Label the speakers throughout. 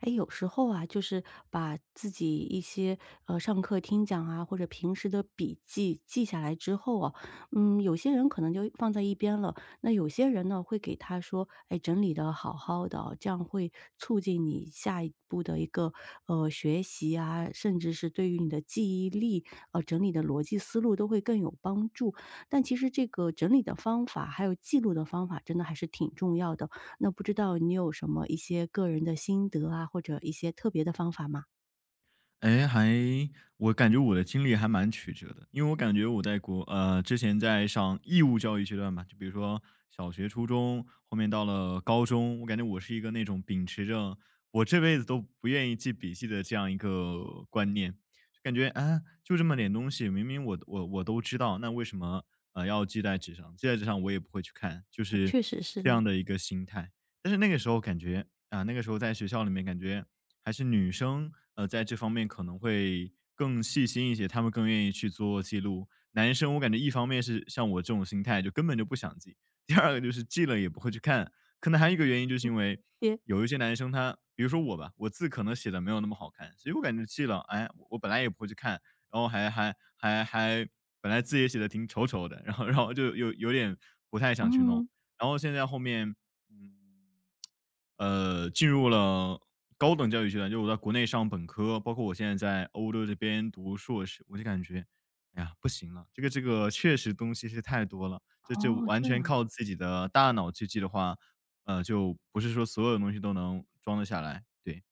Speaker 1: 哎，有时候啊，就是把自己一些上课听讲啊，或者平时的笔记记下来之后啊，嗯，有些人可能就放在一边了，那有些人呢会给他说，哎，整理的好好的哦，这样会促进你下一步的一个学习啊，甚至是对于你的记忆力整理的逻辑思路都会更有帮助。但其实这个整理的方法还有记录的方法，真的还是挺重要的。那不知道你有什么一些个人的心得啊，或者一些特别的方法吗？
Speaker 2: 哎，还我感觉我的经历还蛮曲折的，因为我感觉我在国之前在上义务教育阶段吧，就比如说小学、初中，后面到了高中，我感觉我是一个那种秉持着我这辈子都不愿意记笔记的这样一个观念，就感觉啊，就这么点东西，明明我都知道，那为什么要记在纸上？记在纸上我也不会去看，就
Speaker 1: 啊，
Speaker 2: 是
Speaker 1: 确实是
Speaker 2: 这
Speaker 1: 呢，
Speaker 2: 样的一个心态。但是那个时候感觉啊，那个时候在学校里面感觉还是女生，在这方面可能会更细心一些，她们更愿意去做记录。男生我感觉一方面是像我这种心态，就根本就不想记；第二个就是记了也不会去看。可能还有一个原因，就是因为
Speaker 1: 也
Speaker 2: 有一些男生他，比如说我吧，我字可能写的没有那么好看，所以我感觉记了，哎，我本来也不会去看，然后还还还还本来字也写的挺丑丑的，然后就有点不太想去弄。
Speaker 1: 嗯，
Speaker 2: 然后现在后面，嗯。进入了高等教育阶段，就我在国内上本科，包括我现在在欧洲这边读硕士，我就感觉，哎呀，不行了，这个确实东西是太多了，这就
Speaker 1: 哦，
Speaker 2: 完
Speaker 1: 这
Speaker 2: 全
Speaker 1: 样。
Speaker 2: 靠自己的大脑去记的话，就不是说所有东西都能装得下来，对。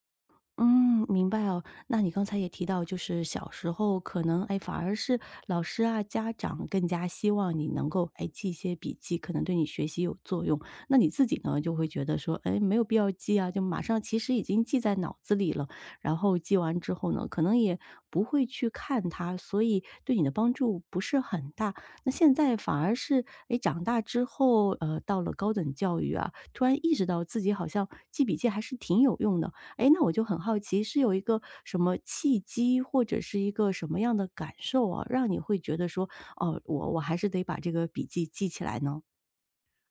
Speaker 1: 嗯，明白哦。那你刚才也提到，就是小时候可能，哎，反而是老师啊、家长更加希望你能够，哎，记一些笔记，可能对你学习有作用。那你自己呢，就会觉得说，哎，没有必要记啊，就马上其实已经记在脑子里了。然后记完之后呢，可能也不会去看它，所以对你的帮助不是很大。那现在反而是，哎，长大之后，到了高等教育啊，突然意识到自己好像记笔记还是挺有用的。哎，那我就很好奇，是有一个什么契机，或者是一个什么样的感受啊，让你会觉得说，哦，我还是得把这个笔记记起来呢？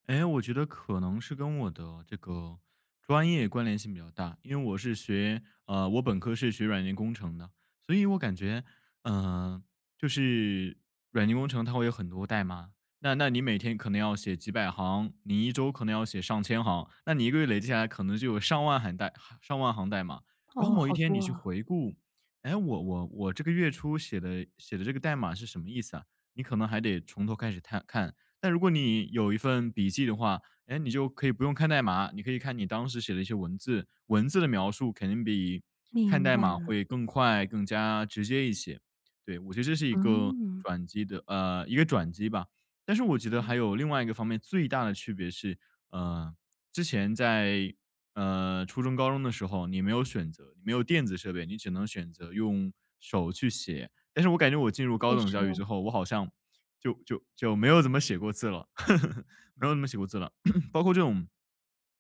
Speaker 2: 哎，我觉得可能是跟我的这个专业关联性比较大，因为我是学我本科是学软件工程的，所以我感觉，嗯、就是软件工程它会有很多代码，那你每天可能要写几百行，你一周可能要写上千行，那你一个月累积下来可能就有上万行代码，然后
Speaker 1: 哦，
Speaker 2: 某一
Speaker 1: 好
Speaker 2: 天你
Speaker 1: 多
Speaker 2: 去
Speaker 1: 了，
Speaker 2: 回顾，哎，我这个月初写的这个代码是什么意思啊？你可能还得从头开始看看，但如果你有一份笔记的话，哎，你就可以不用看代码，你可以看你当时写的一些文字，文字的描述肯定比看
Speaker 1: 明
Speaker 2: 代
Speaker 1: 白
Speaker 2: 码
Speaker 1: 了，
Speaker 2: 会更快、更加直接一些。对，我觉得这是一个
Speaker 1: 嗯，
Speaker 2: 转机的，呃，一个转机吧。但是我觉得
Speaker 1: 嗯，
Speaker 2: 还有另外一个方面，最大的区别是，呃，之前在初中、高中的时候，你没有选择，你没有电子设备，你只能选择用手去写。但是我感觉我进入高
Speaker 1: 确
Speaker 2: 等
Speaker 1: 实
Speaker 2: 教育
Speaker 1: 哦
Speaker 2: 之后，我好像就没有怎么写过字了，没有怎么写过字了，包括这种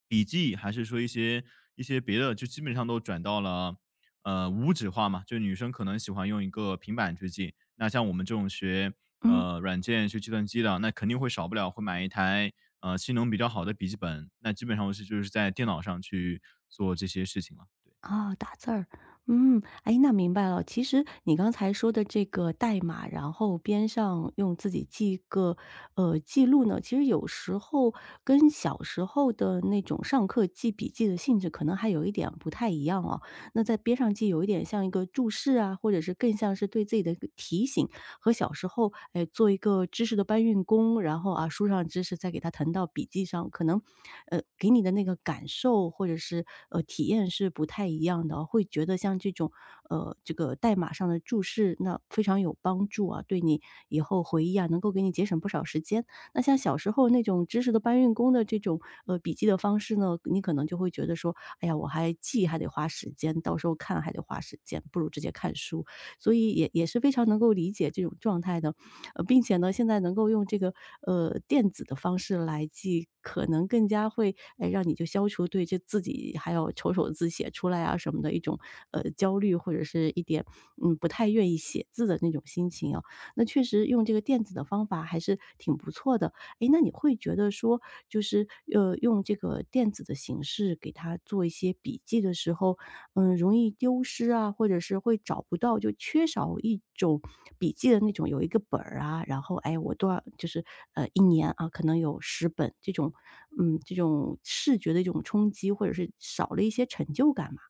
Speaker 2: 笔记，还是说一些别的，就基本上都转到了无纸化嘛，就女生可能喜欢用一个平板去记，那像我们这种学
Speaker 1: 嗯。
Speaker 2: 软件学计算机的，那肯定会少不了会买一台性能比较好的笔记本，那基本上我是就是在电脑上去做这些事情了，对。
Speaker 1: 啊，打字儿，嗯，哎，那明白了。其实你刚才说的这个代码，然后边上用自己记一个记录呢，其实有时候跟小时候的那种上课记笔记的性质可能还有一点不太一样哦。那在边上记有一点像一个注释啊，或者是更像是对自己的一个提醒。和小时候，哎，做一个知识的搬运工，然后啊，书上知识再给它腾到笔记上，可能，给你的那个感受或者是体验是不太一样的哦，会觉得像这种这个代码上的注释，那非常有帮助啊，对你以后回忆啊，能够给你节省不少时间。那像小时候那种知识的搬运工的这种笔记的方式呢，你可能就会觉得说，哎呀，我还记还得花时间，到时候看还得花时间，不如直接看书。所以也是非常能够理解这种状态的。呃，并且呢，现在能够用这个电子的方式来记，可能更加会哎让你就消除对这自己还有丑手字写出来啊什么的一种焦虑，或者是一点嗯不太愿意写字的那种心情啊。那确实用这个电子的方法还是挺不错的。诶，那你会觉得说，就是，用这个电子的形式给他做一些笔记的时候，嗯，容易丢失啊，或者是会找不到，就缺少一种笔记的那种有一个本儿啊，然后，哎，我多少就是，一年啊，可能有十本这种嗯，这种视觉的一种冲击，或者是少了一些成就感嘛？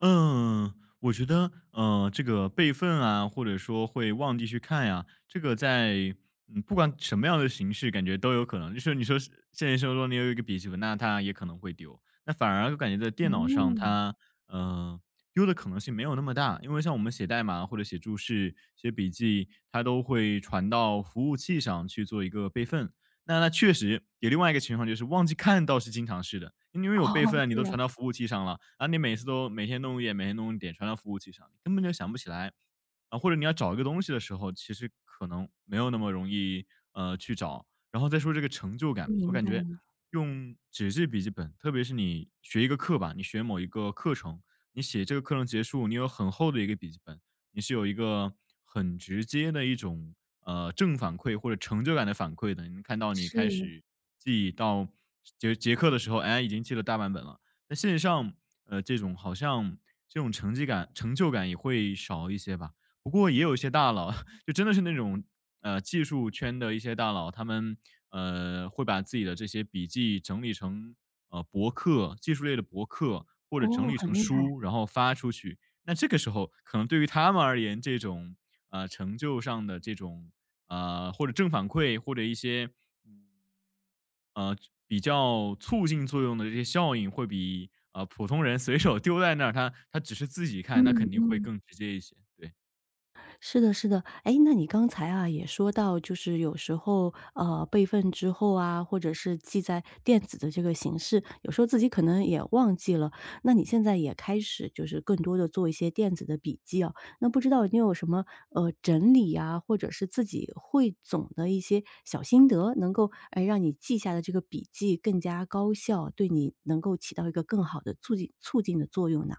Speaker 2: 嗯，我觉得，这个备份啊，或者说会忘记去看呀，这个在嗯，不管什么样的形式，感觉都有可能。就是你说是现实生活中你有一个笔记本，那它也可能会丢。那反而就感觉在电脑上
Speaker 1: 嗯，
Speaker 2: 它，嗯，丢的可能性没有那么大，因为像我们写代码或者写注释、写笔记，它都会传到服务器上去做一个备份。那确实有另外一个情况，就是忘记看倒是经常是的，因为有备
Speaker 1: 哦，
Speaker 2: 份，你
Speaker 1: 这
Speaker 2: 都
Speaker 1: 样，
Speaker 2: 传到服务器上了啊，然后你每次都每天弄一点，每天弄一点，传到服务器上，你根本就想不起来。啊，或者你要找一个东西的时候，其实可能没有那么容易，去找。然后再说这个成就感，我
Speaker 1: 明
Speaker 2: 感
Speaker 1: 白
Speaker 2: 觉
Speaker 1: 了，
Speaker 2: 用纸质笔记本，特别是你学一个课吧，你学某一个课程，你写这个课程结束，你有很厚的一个笔记本，你是有一个很直接的一种正反馈或者成就感的反馈的。你能看到你
Speaker 1: 是，
Speaker 2: 开始记到结课的时候，哎，已经记了大半本了。那线上这种好像这种成绩感、成就感也会少一些吧。不过也有一些大佬，就真的是那种技术圈的一些大佬，他们会把自己的这些笔记整理成博客、技术类的博客，或者整
Speaker 1: 哦，
Speaker 2: 理
Speaker 1: 很
Speaker 2: 成
Speaker 1: 厉害，
Speaker 2: 书，然后发出去。那这个时候可能对于他们而言，这种成就上的这种或者正反馈，或者一些嗯呃比较促进作用的这些效应，会比普通人随手丢在那儿，他只是自己看，那
Speaker 1: 嗯
Speaker 2: 肯定会
Speaker 1: 嗯。
Speaker 2: 更直接一些。对，
Speaker 1: 是的，是的。哎，那你刚才啊，也说到就是有时候，备份之后啊，或者是记在电子的这个形式，有时候自己可能也忘记了。那你现在也开始就是更多的做一些电子的笔记啊，那不知道你有什么，整理啊，或者是自己汇总的一些小心得，能够，哎，让你记下的这个笔记更加高效，对你能够起到一个更好的促进的作用呢？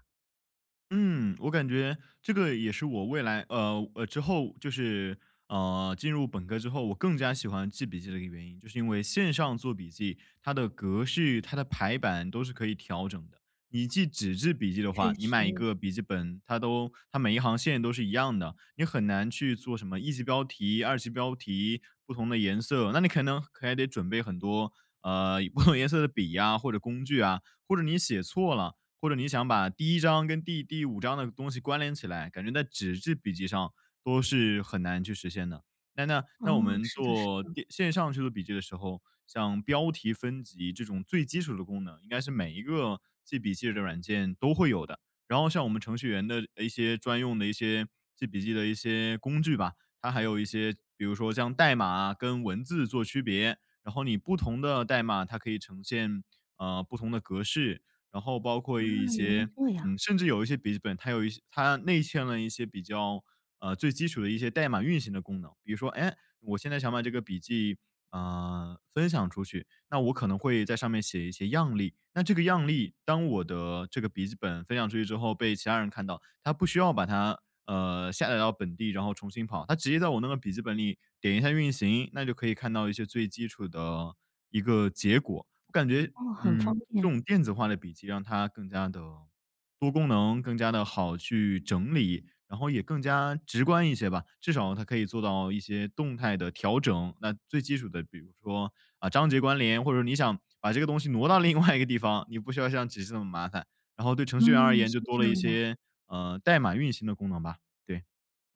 Speaker 2: 嗯，我感觉这个也是我未来之后就是进入本科之后，我更加喜欢记笔记的一个原因，就是因为线上做笔记，它的格式、它的排版都是可以调整的。你记纸质笔记的
Speaker 1: 确
Speaker 2: 话，你买一
Speaker 1: 实。
Speaker 2: 个笔记本，它都它每一行线都是一样的，你很难去做什么一级标题、二级标题不同的颜色，那你可能可还得准备很多不同颜色的笔呀、或者工具啊，或者你写错了，或者你想把第一章跟第五章的东西关联起来，感觉在纸质笔记上都是很难去实现的。那那
Speaker 1: 哦，
Speaker 2: 那我们
Speaker 1: 是的，是
Speaker 2: 做
Speaker 1: 的。
Speaker 2: 线上去做笔记的时候，像标题分级这种最基础的功能，应该是每一个记笔记的软件都会有的。然后像我们程序员的一些专用的一些记笔记的一些工具吧，它还有一些，比如说像代码啊跟文字做区别，然后你不同的代码它可以呈现不同的格式，然后包
Speaker 1: 啊，
Speaker 2: 括一
Speaker 1: 原来
Speaker 2: 些
Speaker 1: 这
Speaker 2: 嗯，
Speaker 1: 样。
Speaker 2: 甚至有一些笔记本，它有一些它内嵌了一些比较最基础的一些代码运行的功能。比如说，哎，我现在想把这个笔记，分享出去，那我可能会在上面写一些样例。那这个样例，当我的这个笔记本分享出去之后被其他人看到，他不需要把它，下载到本地，然后重新跑，他直接在我那个笔记本里点一下运行，那就可以看到一些最基础的一个结果。我感觉
Speaker 1: 哦，很
Speaker 2: 嗯，
Speaker 1: 方
Speaker 2: 这
Speaker 1: 便。
Speaker 2: 种电子化的笔记让它更加的多功能，更加的好去整理，然后也更加直观一些吧。至少它可以做到一些动态的调整。那最基础的，比如说，啊，章节关联，或者你想把这个东西挪到另外一个地方，你不需要像纸质那么麻烦。然后对程序员而
Speaker 1: 嗯，
Speaker 2: 言
Speaker 1: 是
Speaker 2: 就多
Speaker 1: 这
Speaker 2: 了
Speaker 1: 样
Speaker 2: 一
Speaker 1: 的。
Speaker 2: 些，代码运行的功能吧。对，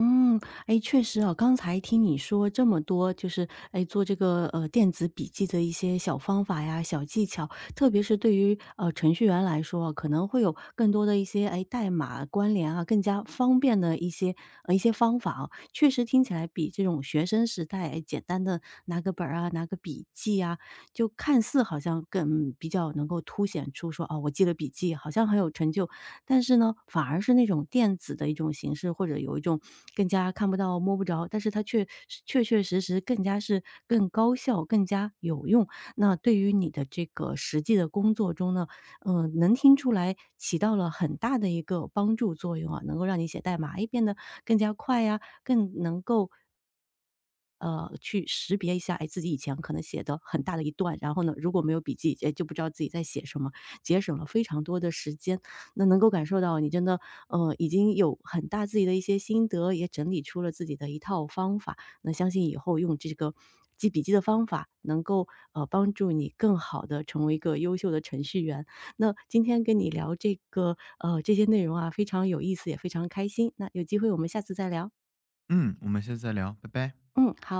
Speaker 1: 嗯，哎，确实啊，刚才听你说这么多，就是哎，做这个电子笔记的一些小方法呀、小技巧，特别是对于程序员来说啊，可能会有更多的一些哎代码关联啊，更加方便的一些方法啊，确实听起来比这种学生时代哎简单的拿个本儿啊、拿个笔记啊，就看似好像更比较能够凸显出说，哦，我记了笔记，好像很有成就。但是呢，反而是那种电子的一种形式，或者有一种更加看不到、摸不着，但是它却确确实实更加是更高效、更加有用。那对于你的这个实际的工作中呢，嗯、能听出来起到了很大的一个帮助作用啊，能够让你写代码，哎，变得更加快呀、更能够去识别一下，哎，自己以前可能写的很大的一段，然后呢，如果没有笔记，哎，就不知道自己在写什么，节省了非常多的时间。那能够感受到你真的，已经有很大自己的一些心得，也整理出了自己的一套方法。那相信以后用这个记笔记的方法，能够帮助你更好的成为一个优秀的程序员。那今天跟你聊这个这些内容啊，非常有意思，也非常开心。那有机会我们下次再聊。
Speaker 2: 嗯，我们下次再聊，拜拜。
Speaker 1: 嗯，好。